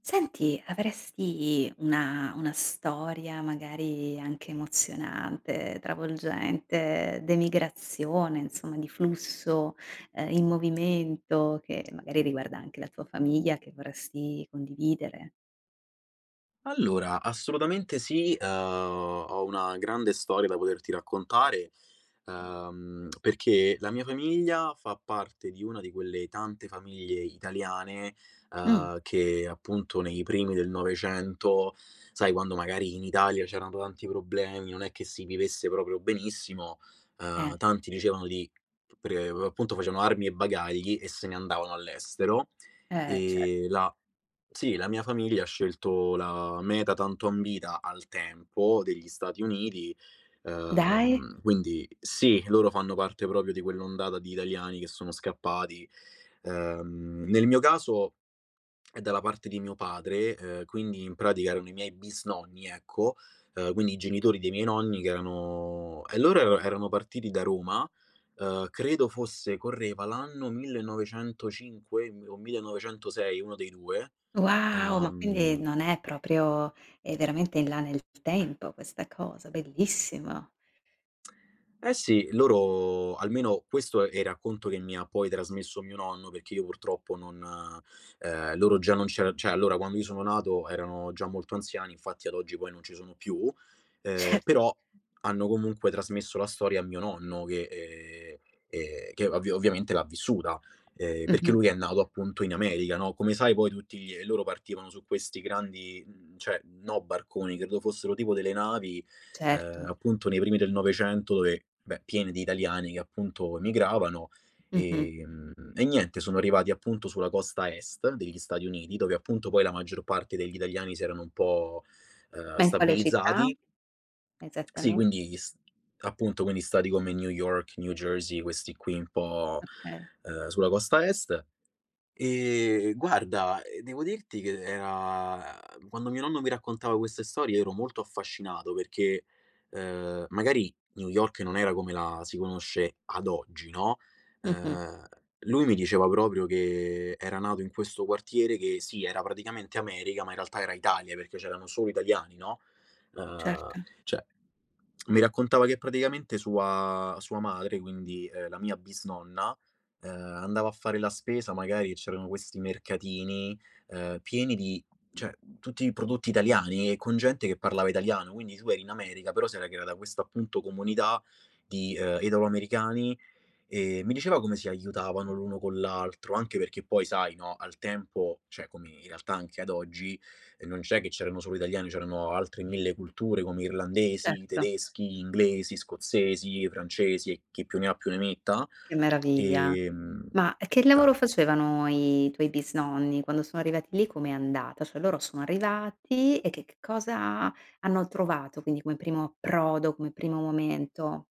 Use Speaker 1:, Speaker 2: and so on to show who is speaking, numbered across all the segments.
Speaker 1: Senti, avresti una storia magari anche emozionante, travolgente, d'emigrazione, insomma di flusso, in movimento che magari riguarda anche la tua famiglia che vorresti condividere?
Speaker 2: Allora, assolutamente sì, ho una grande storia da poterti raccontare, perché la mia famiglia fa parte di una di quelle tante famiglie italiane,
Speaker 1: Mh,
Speaker 2: che appunto nei primi del '900, sai, quando magari in Italia c'erano tanti problemi, non è che si vivesse proprio benissimo,
Speaker 1: eh,
Speaker 2: tanti dicevano di pre appunto facevano armi e bagagli e se ne andavano all'estero.
Speaker 1: cer
Speaker 2: E la Sì, la mia famiglia ha scelto la meta tanto ambita al tempo degli Stati Uniti,
Speaker 1: dai?
Speaker 2: quindi sì, loro fanno parte proprio di quell'ondata di italiani che sono scappati. Nel mio caso è dalla parte di mio padre, quindi in pratica erano i miei bisnonni, ecco, quindi i genitori dei miei nonni che erano e loro ero erano partiti da Roma, credo fosse correva l'anno 1905 o 1906, uno dei 2.
Speaker 1: Wow, ma quindi
Speaker 2: ehm
Speaker 1: non è proprio è veramente in là nel tempo questa cosa, bellissimo.
Speaker 2: Eh sì, loro, almeno questo è il racconto che mi ha poi trasmesso mio nonno, perché io purtroppo non. Loro già non c'era, cioè allora quando io sono nato erano già molto anziani, infatti ad oggi poi non ci sono più,
Speaker 1: Cer
Speaker 2: però hanno comunque trasmesso la storia a mio nonno che ovviamente l'ha vissuta, perché
Speaker 1: mh-mh,
Speaker 2: lui è nato appunto in America, no, come sai poi loro partivano su questi grandi, cioè no, barconi, credo fossero tipo delle navi
Speaker 1: certo.
Speaker 2: appunto nei primi del Novecento, dove, beh, piene di italiani che appunto emigravano,
Speaker 1: Mh-mh.
Speaker 2: e niente, sono arrivati appunto sulla costa est degli Stati Uniti, dove appunto poi la maggior parte degli italiani si erano un po',
Speaker 1: Ma in quale città
Speaker 2: stabilizzati. Sì,
Speaker 1: esattamente?
Speaker 2: quindi s appunto, quindi stati come New York, New Jersey, questi qui un po',
Speaker 1: Okay.
Speaker 2: sulla costa est. Guarda, devo dirti che era quando mio nonno mi raccontava queste storie ero molto affascinato, perché, magari New York non era come la si conosce ad oggi, no,
Speaker 1: Mh-mh.
Speaker 2: ehm, lui mi diceva proprio che era nato in questo quartiere che sì, era praticamente America, ma in realtà era Italia, perché c'erano solo italiani, no, ehm,
Speaker 1: Certo,
Speaker 2: cioè mi raccontava che praticamente sua madre, quindi, la mia bisnonna, andava a fare la spesa, magari c'erano questi mercatini, pieni di, cioè, tutti i prodotti italiani e con gente che parlava italiano, quindi tu eri in America, però si era creata questa appunto comunità di, italoamericani. Mi diceva come si aiutavano l'uno con l'altro, anche perché poi sai, no, al tempo, cioè come in realtà anche ad oggi, non c'è, che c'erano solo italiani, c'erano altre 1000 culture come irlandesi,
Speaker 1: certo.
Speaker 2: tedeschi, inglesi, scozzesi, francesi e chi più ne ha più ne metta.
Speaker 1: Che meraviglia.
Speaker 2: Ehm
Speaker 1: Ma che lavoro facevano i tuoi bisnonni? Quando sono arrivati lì com'è andata? Cioè loro sono arrivati e che cosa hanno trovato, quindi come primo approdo, come primo momento?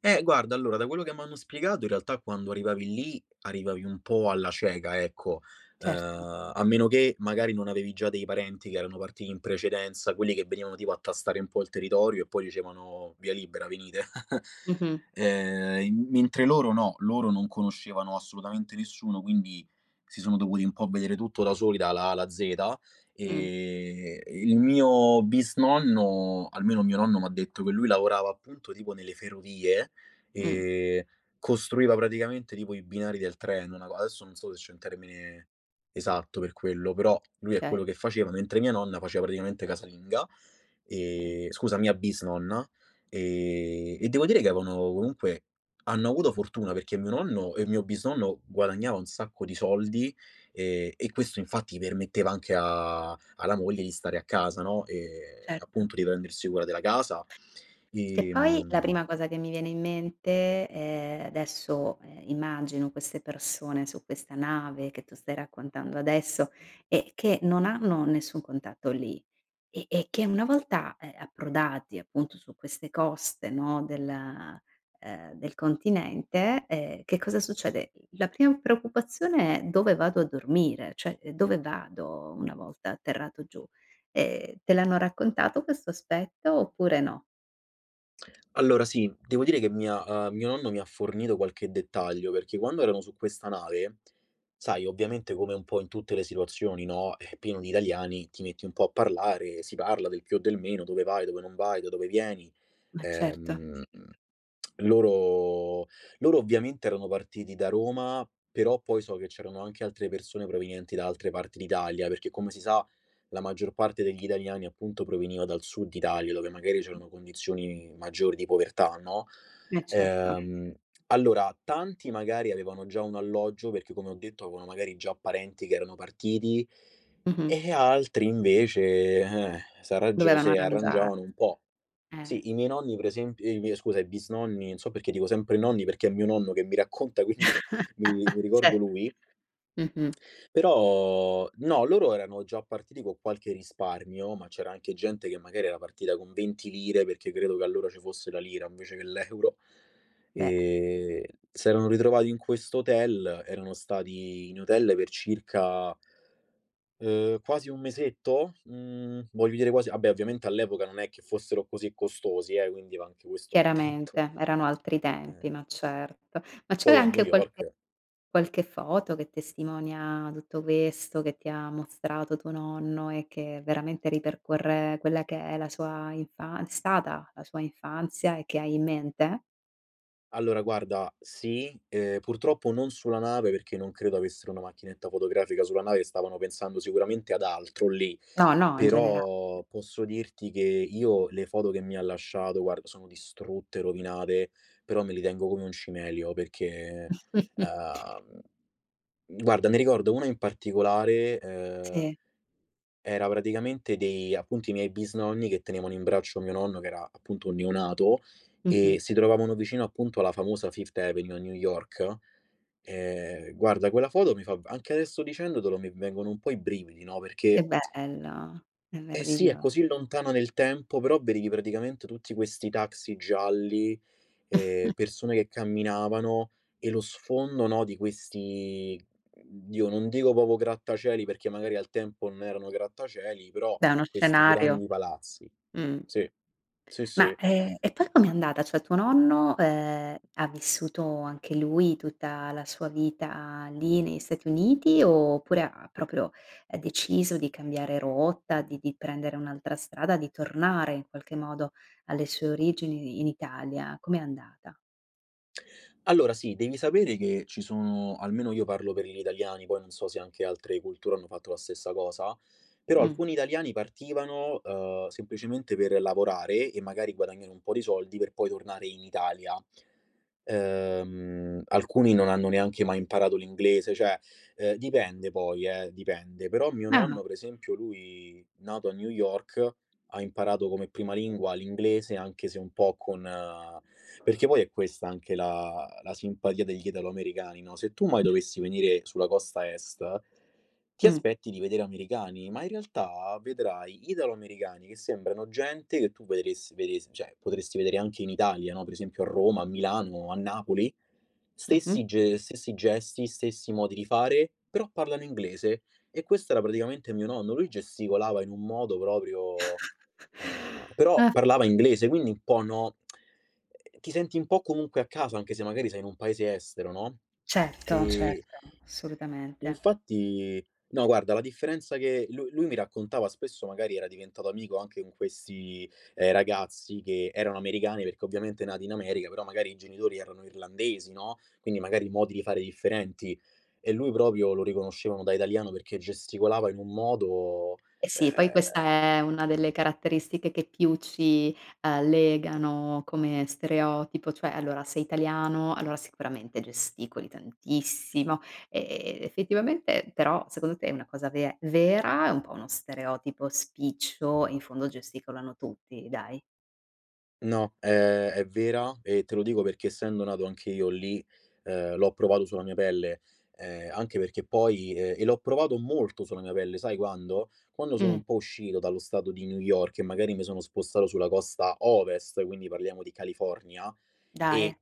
Speaker 2: Guarda, allora, da quello che m'hanno spiegato, in realtà quando arrivavi lì, arrivavi un po' alla cieca, ecco.
Speaker 1: Certo.
Speaker 2: A meno che magari non avevi già dei parenti che erano partiti in precedenza, quelli che venivano tipo a tastare un po' il territorio e poi dicevano: "Via libera, venite".
Speaker 1: Mh-mh.
Speaker 2: In Mentre loro no, loro non conoscevano assolutamente nessuno, quindi si sono dovuti un po' vedere tutto da soli, dalla A alla Z.
Speaker 1: Mh,
Speaker 2: Il mio bisnonno, almeno mio nonno m'ha detto che lui lavorava appunto tipo nelle ferrovie
Speaker 1: mh.
Speaker 2: e costruiva praticamente tipo i binari del treno, una co adesso non so se c'è un termine esatto per quello, però lui è
Speaker 1: Okay,
Speaker 2: quello che faceva, mentre mia nonna faceva praticamente casalinga,
Speaker 1: okay.
Speaker 2: scusa, mia bisnonna, e devo dire che avevano comunque hanno avuto fortuna perché mio nonno e mio bisnonno guadagnava un sacco di soldi, e questo infatti permetteva anche a alla moglie di stare a casa, no,
Speaker 1: Certo.
Speaker 2: appunto di prendersi cura della casa,
Speaker 1: Che poi la
Speaker 2: ehm
Speaker 1: prima cosa che mi viene in mente, adesso, immagino queste persone su questa nave che tu stai raccontando adesso e che non hanno nessun contatto lì e che una volta, approdati appunto su queste coste, no, della del continente, che cosa succede? La prima preoccupazione è: dove vado a dormire? Cioè, dove vado una volta atterrato giù? Te l'hanno raccontato questo aspetto oppure no?
Speaker 2: allora sì, devo dire che mi ha mio nonno mi ha fornito qualche dettaglio, perché quando erano su questa nave, sai, ovviamente, come un po' in tutte le situazioni, no, è pieno di italiani, ti metti un po' a parlare, si parla del più o del meno, dove vai, dove non vai, da dove vieni,
Speaker 1: Ma certo.
Speaker 2: ehm loro loro ovviamente erano partiti da Roma, però poi so che c'erano anche altre persone provenienti da altre parti d'Italia, perché come si sa la maggior parte degli italiani appunto proveniva dal sud Italia, dove magari c'erano condizioni maggiori di povertà, no,
Speaker 1: Eh certo.
Speaker 2: ehm, allora tanti magari avevano già un alloggio, perché come ho detto avevano magari già parenti che erano partiti,
Speaker 1: Mh-mh.
Speaker 2: e altri invece, s'arraggia
Speaker 1: Dovevano
Speaker 2: si
Speaker 1: arrangiar
Speaker 2: arrangiavano un po'.
Speaker 1: eh.
Speaker 2: Sì, i miei nonni, per esempio, i miei, scusa, i bisnonni, non so perché dico sempre nonni, perché è mio nonno che mi racconta, quindi mi
Speaker 1: Cer
Speaker 2: ricordo lui.
Speaker 1: mh-mh.
Speaker 2: Però no, loro erano già partiti con qualche risparmio, ma c'era anche gente che magari era partita con 20 lire, perché credo che allora ci fosse la lira invece che l'euro,
Speaker 1: Beh,
Speaker 2: e s'erano ritrovati in quest'hotel, erano stati in hotel per circa quasi un mesetto? Mhmm, voglio dire quasi, vabbè, ovviamente all'epoca non è che fossero così costosi, quindi va anche questo va detto.
Speaker 1: chiaramente erano altri
Speaker 2: Eh.
Speaker 1: tempi, ma certo. Ma c'è
Speaker 2: Poi a New
Speaker 1: anche
Speaker 2: York
Speaker 1: qualche qualche foto che testimonia tutto questo, che ti ha mostrato tuo nonno e che veramente ripercorre quella che è la sua infan è stata la sua infanzia e che hai in mente?
Speaker 2: Allora, guarda, sì, purtroppo non sulla nave, perché non credo avessero una macchinetta fotografica sulla nave, stavano pensando sicuramente ad altro lì,
Speaker 1: No, no, in generale.
Speaker 2: però posso dirti che io le foto che mi ha lasciato, guarda, sono distrutte, rovinate, però me li tengo come un cimelio perché. uhm Guarda, ne ricordo uno in particolare,
Speaker 1: Sì.
Speaker 2: era praticamente dei appunto, i miei bisnonni che tenevano in braccio mio nonno, che era appunto un neonato,
Speaker 1: Mh-mh.
Speaker 2: e si trovavano vicino appunto alla famosa Fifth Avenue a New York. Guarda, quella foto mi fa anche adesso, dicendotelo mi vengono un po' i brividi, no,
Speaker 1: Che
Speaker 2: perché
Speaker 1: bello, è
Speaker 2: eh sì, è
Speaker 1: meraviglio
Speaker 2: così lontana nel tempo, però vedevi praticamente tutti questi taxi gialli, persone che camminavano e lo sfondo, no, di questi, oddio, non dico proprio grattacieli, perché magari al tempo non erano grattacieli, però
Speaker 1: da uno
Speaker 2: questi
Speaker 1: scenario.
Speaker 2: grandi palazzi.
Speaker 1: Mh.
Speaker 2: Sì, sì, sì.
Speaker 1: Ma, e poi com'è andata? Cioè tuo nonno, ha vissuto anche lui tutta la sua vita lì negli Stati Uniti, oppure ha proprio, deciso di cambiare rotta, di prendere un'altra strada, di tornare in qualche modo alle sue origini in Italia? Com'è andata?
Speaker 2: Allora sì, devi sapere che ci sono, almeno io parlo per gli italiani, poi non so se anche altre culture hanno fatto la stessa cosa, però
Speaker 1: Mh.
Speaker 2: alcuni italiani partivano, semplicemente per lavorare e magari guadagnare un po' di soldi per poi tornare in Italia. Alcuni non hanno neanche mai imparato l'inglese, cioè, dipende, poi, dipende. Però mio
Speaker 1: Ah.
Speaker 2: nonno, per esempio, lui, nato a New York, ha imparato come prima lingua l'inglese, anche se un po' con perché poi è questa anche la simpatia degli italoamericani, no, se tu mai
Speaker 1: Mh.
Speaker 2: dovessi venire sulla costa est ti
Speaker 1: Mh.
Speaker 2: aspetti di vedere americani, ma in realtà vedrai italoamericani che sembrano gente che tu vedresti vedes cioè potresti vedere anche in Italia, no, per esempio a Roma, a Milano, a Napoli.
Speaker 1: Mh-mh.
Speaker 2: Stessi gesti, stessi modi di fare, però parlano inglese e questo era praticamente mio nonno. Lui gesticolava in un modo proprio, però
Speaker 1: Ah,
Speaker 2: parlava inglese, quindi un po', no, ti senti un po' comunque a casa, anche se magari sei in un paese estero, no,
Speaker 1: certo,
Speaker 2: ehm,
Speaker 1: certo, assolutamente.
Speaker 2: infatti. No, guarda, la differenza che lu lui mi raccontava spesso, magari era diventato amico anche con questi, ragazzi che erano americani, perché ovviamente nati in America, però magari i genitori erano irlandesi, no, quindi magari modi di fare differenti, e lui proprio lo riconoscevano da italiano perché gesticolava in un modo.
Speaker 1: Eh sì, poi questa
Speaker 2: ehm
Speaker 1: è una delle caratteristiche che più ci, legano come stereotipo, cioè allora sei italiano, allora sicuramente gesticoli tantissimo, e e effettivamente però secondo te è una cosa ve vera, è un po' uno stereotipo spiccio e in fondo gesticolano tutti, dai.
Speaker 2: No, è vera, e te lo dico perché essendo nato anche io lì, l'ho provato sulla mia pelle, anche perché poi l'ho provato molto sulla mia pelle, sai quando? Quando sono
Speaker 1: Mh,
Speaker 2: un po' uscito dallo stato di New York e magari mi sono spostato sulla costa ovest, quindi parliamo di California, e
Speaker 1: dai,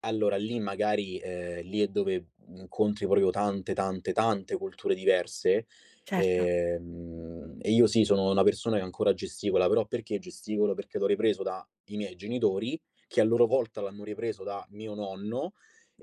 Speaker 2: allora lì, magari, lì è dove incontri proprio tante, tante, tante culture diverse,
Speaker 1: certo.
Speaker 2: e io sì, sono una persona che ancora gesticola, però perché gesticolo? Perché l'ho ripreso dai miei genitori, che a loro volta l'hanno ripreso da mio nonno,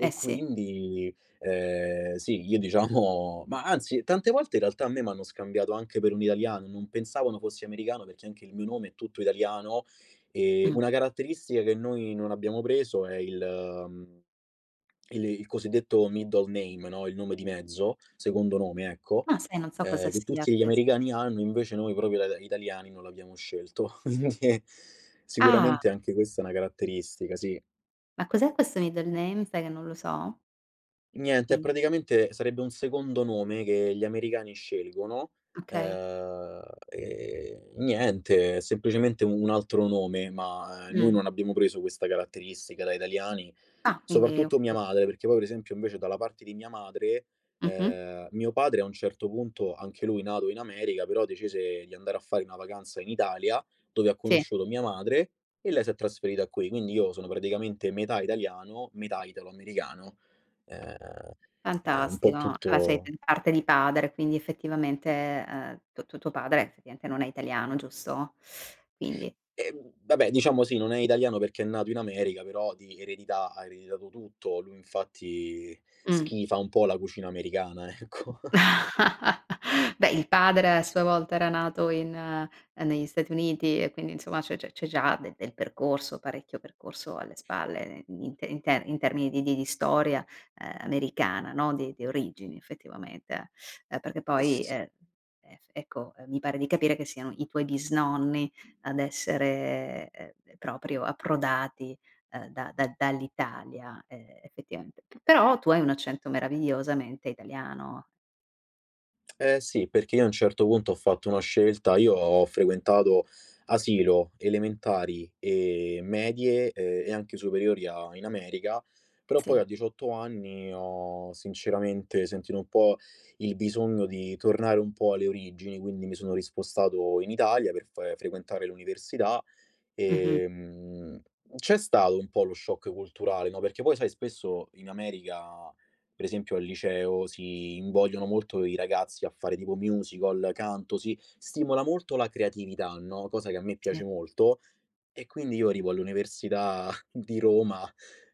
Speaker 1: Eh sì,
Speaker 2: quindi, sì, io diciamo ma anzi tante volte in realtà a me m'hanno scambiato anche per un italiano, non pensavano fossi americano perché anche il mio nome è tutto italiano.
Speaker 1: mh.
Speaker 2: Una caratteristica che noi non abbiamo preso è il mhmm, il cosiddetto middle name, no, il nome di mezzo, secondo nome, ecco,
Speaker 1: Ma sai non so cosa
Speaker 2: che
Speaker 1: sia
Speaker 2: tutti gli
Speaker 1: ques
Speaker 2: americani hanno, invece noi proprio da italiani non l'abbiamo scelto. Quindi,
Speaker 1: ah,
Speaker 2: sicuramente anche questa è una caratteristica, sì.
Speaker 1: ma cos'è questo middle name, sai che non lo so?
Speaker 2: Niente, è
Speaker 1: Quindi
Speaker 2: praticamente sarebbe un secondo nome che gli americani scelgono,
Speaker 1: okay,
Speaker 2: ehm, e niente, è semplicemente un altro nome, ma, noi
Speaker 1: mh.
Speaker 2: non abbiamo preso questa caratteristica da italiani,
Speaker 1: Ah, quindi ho
Speaker 2: soprattutto mia
Speaker 1: capi
Speaker 2: madre, perché poi per esempio invece dalla parte di mia madre,
Speaker 1: mh-mh.
Speaker 2: mio padre a un certo punto, anche lui nato in America, però decise di andare a fare una vacanza in Italia, dove ha
Speaker 1: Sì,
Speaker 2: conosciuto mia madre e lei si è trasferita qui, quindi io sono praticamente metà italiano, metà italo-americano. Ehm, è un po'
Speaker 1: fantastico. Ah, beh, sei
Speaker 2: tutto
Speaker 1: p parte di padre, quindi effettivamente, tu tuo padre effettivamente non è italiano, giusto? Quindi
Speaker 2: vabbè, diciamo sì, non è italiano perché è nato in America, però di eredità ha ereditato tutto. Lui infatti
Speaker 1: mh.
Speaker 2: schifa un po' la cucina americana, ecco.
Speaker 1: Beh, il padre a sua volta era nato in negli Stati Uniti e quindi insomma c'è già de del percorso, parecchio percorso alle spalle in te in ter in termini di storia, americana, no, di origini effettivamente, perché poi,
Speaker 2: Es
Speaker 1: e ecco, mi pare di capire che siano i tuoi bisnonni ad essere, proprio approdati, da dall'Italia, effettivamente. Però tu hai un accento meravigliosamente italiano.
Speaker 2: Eh sì, perché io a un certo punto ho fatto una scelta, io ho frequentato asilo, elementari e medie, e anche superiori a in America, però poi
Speaker 1: Sì.
Speaker 2: a 18 anni ho sinceramente sentito un po' il bisogno di tornare un po' alle origini, quindi mi sono rispostato in Italia per f frequentare l'università.
Speaker 1: Mh-mh,
Speaker 2: Ehm, C'è stato un po' lo shock culturale, no, perché poi sai spesso in America, per esempio al liceo, si invogliono molto i ragazzi a fare tipo musical, canto, si stimola molto la creatività, no, cosa che a me
Speaker 1: sì.
Speaker 2: piace molto, e quindi io arrivo all'università di Roma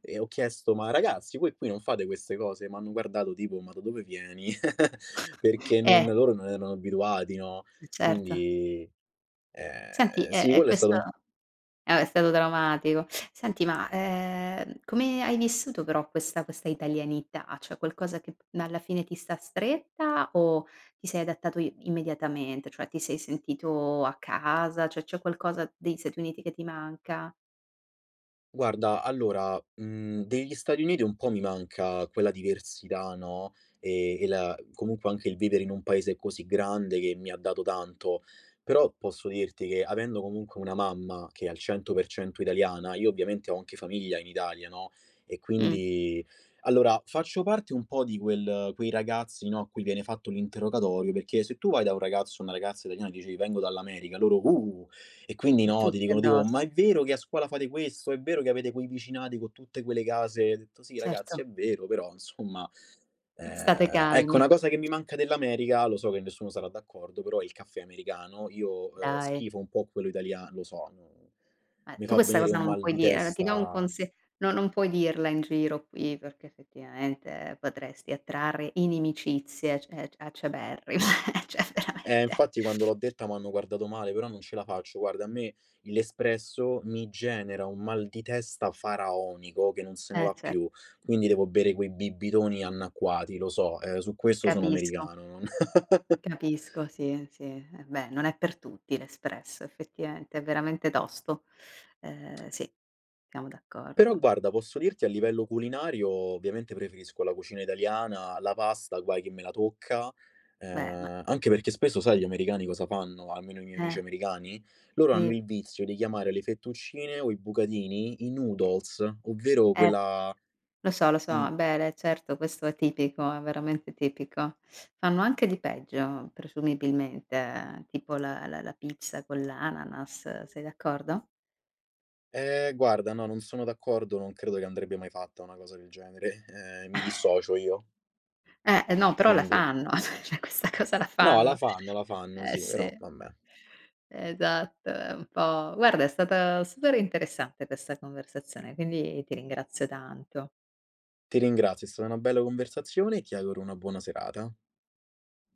Speaker 2: e ho chiesto: "Ma ragazzi voi qui non fate queste cose?" M'hanno guardato tipo: "Ma da dove vieni?" Perché non,
Speaker 1: Eh,
Speaker 2: loro non erano abituati, no,
Speaker 1: certo.
Speaker 2: quindi,
Speaker 1: Senti, e
Speaker 2: sì,
Speaker 1: e
Speaker 2: quello è stato
Speaker 1: questo
Speaker 2: un.
Speaker 1: è stato traumatico. Senti, ma, come hai vissuto però questa questa italianità? Cioè qualcosa che p alla fine ti sta stretta o ti sei adattato i immediatamente? Cioè ti sei sentito a casa? Cioè c'è qualcosa degli Stati Uniti che ti manca?
Speaker 2: Guarda, allora, degli Stati Uniti un po' mi manca quella diversità, no, e la comunque anche il vivere in un paese così grande che mi ha dato tanto. Però posso dirti che avendo comunque una mamma che è al 100% italiana, io ovviamente ho anche famiglia in Italia, no, e
Speaker 1: Mh,
Speaker 2: quindi allora, faccio parte un po' di quel quei ragazzi, no, a cui viene fatto l'interrogatorio, perché se tu vai da un ragazzo o una ragazza italiana e dici: "Vengo dall'America", loro!" E quindi no, ti
Speaker 1: tutti
Speaker 2: dicono tipo: "Ma
Speaker 1: addosso.
Speaker 2: è vero che a scuola fate questo? È vero che avete quei vicinati con tutte quelle case?" Ho detto: "Sì
Speaker 1: Certo,
Speaker 2: ragazzi, è vero, però insomma".
Speaker 1: state
Speaker 2: Ecco,
Speaker 1: calmi.
Speaker 2: una cosa che mi manca dell'America, lo so che nessuno sarà d'accordo, però è il caffè americano. Io,
Speaker 1: Dai.
Speaker 2: schifo un po' quello italia, lo so, mi
Speaker 1: Tu
Speaker 2: fa
Speaker 1: questa
Speaker 2: venire
Speaker 1: cosa
Speaker 2: un
Speaker 1: non
Speaker 2: mal
Speaker 1: puoi
Speaker 2: di
Speaker 1: dirla, ti do un
Speaker 2: testa.
Speaker 1: conse no non puoi dirla in giro qui, perché effettivamente potresti attrarre inimicizie ac acerberrime, cioè veramente.
Speaker 2: Infatti quando l'ho detta m'hanno guardato male, però non ce la faccio. Guarda, a me l'espresso mi genera un mal di testa faraonico che non se ne va
Speaker 1: Cer
Speaker 2: più, quindi devo bere quei bibitoni annacquati, lo so, su questo sono
Speaker 1: capisco,
Speaker 2: americano, non
Speaker 1: capisco, sì, sì. Eh beh, non è per tutti l'espresso effettivamente, è veramente tosto. Sì, siamo
Speaker 2: però
Speaker 1: d'accordo.
Speaker 2: guarda, posso dirti a livello culinario, ovviamente preferisco la cucina italiana, la pasta, guai che me la tocca,
Speaker 1: Beh, ma
Speaker 2: anche perché spesso sai gli americani cosa fanno, almeno i miei amici
Speaker 1: eh,
Speaker 2: americani? Loro hanno
Speaker 1: dimmi.
Speaker 2: il vizio di chiamare le fettuccine o i bucatini i noodles, ovvero
Speaker 1: Eh
Speaker 2: quella
Speaker 1: Lo so, lo
Speaker 2: mhmm,
Speaker 1: so, beh, le certo questo è tipico, è veramente tipico. Fanno anche di peggio presumibilmente, tipo la pizza con l'ananas, sei d'accordo?
Speaker 2: guarda, no, non sono d'accordo, non credo che andrebbe mai fatta una cosa del genere, mi dissocio io,
Speaker 1: No, però la
Speaker 2: quindi
Speaker 1: fanno, cioè questa cosa la
Speaker 2: no, la
Speaker 1: fanno.
Speaker 2: fanno, la fanno,
Speaker 1: Eh
Speaker 2: sì,
Speaker 1: sì,
Speaker 2: però vabbè.
Speaker 1: esatto, è un po' guarda è stata super interessante questa conversazione, quindi ti ringrazio tanto.
Speaker 2: Ti ringrazio, è stata una bella conversazione e ti auguro una buona serata.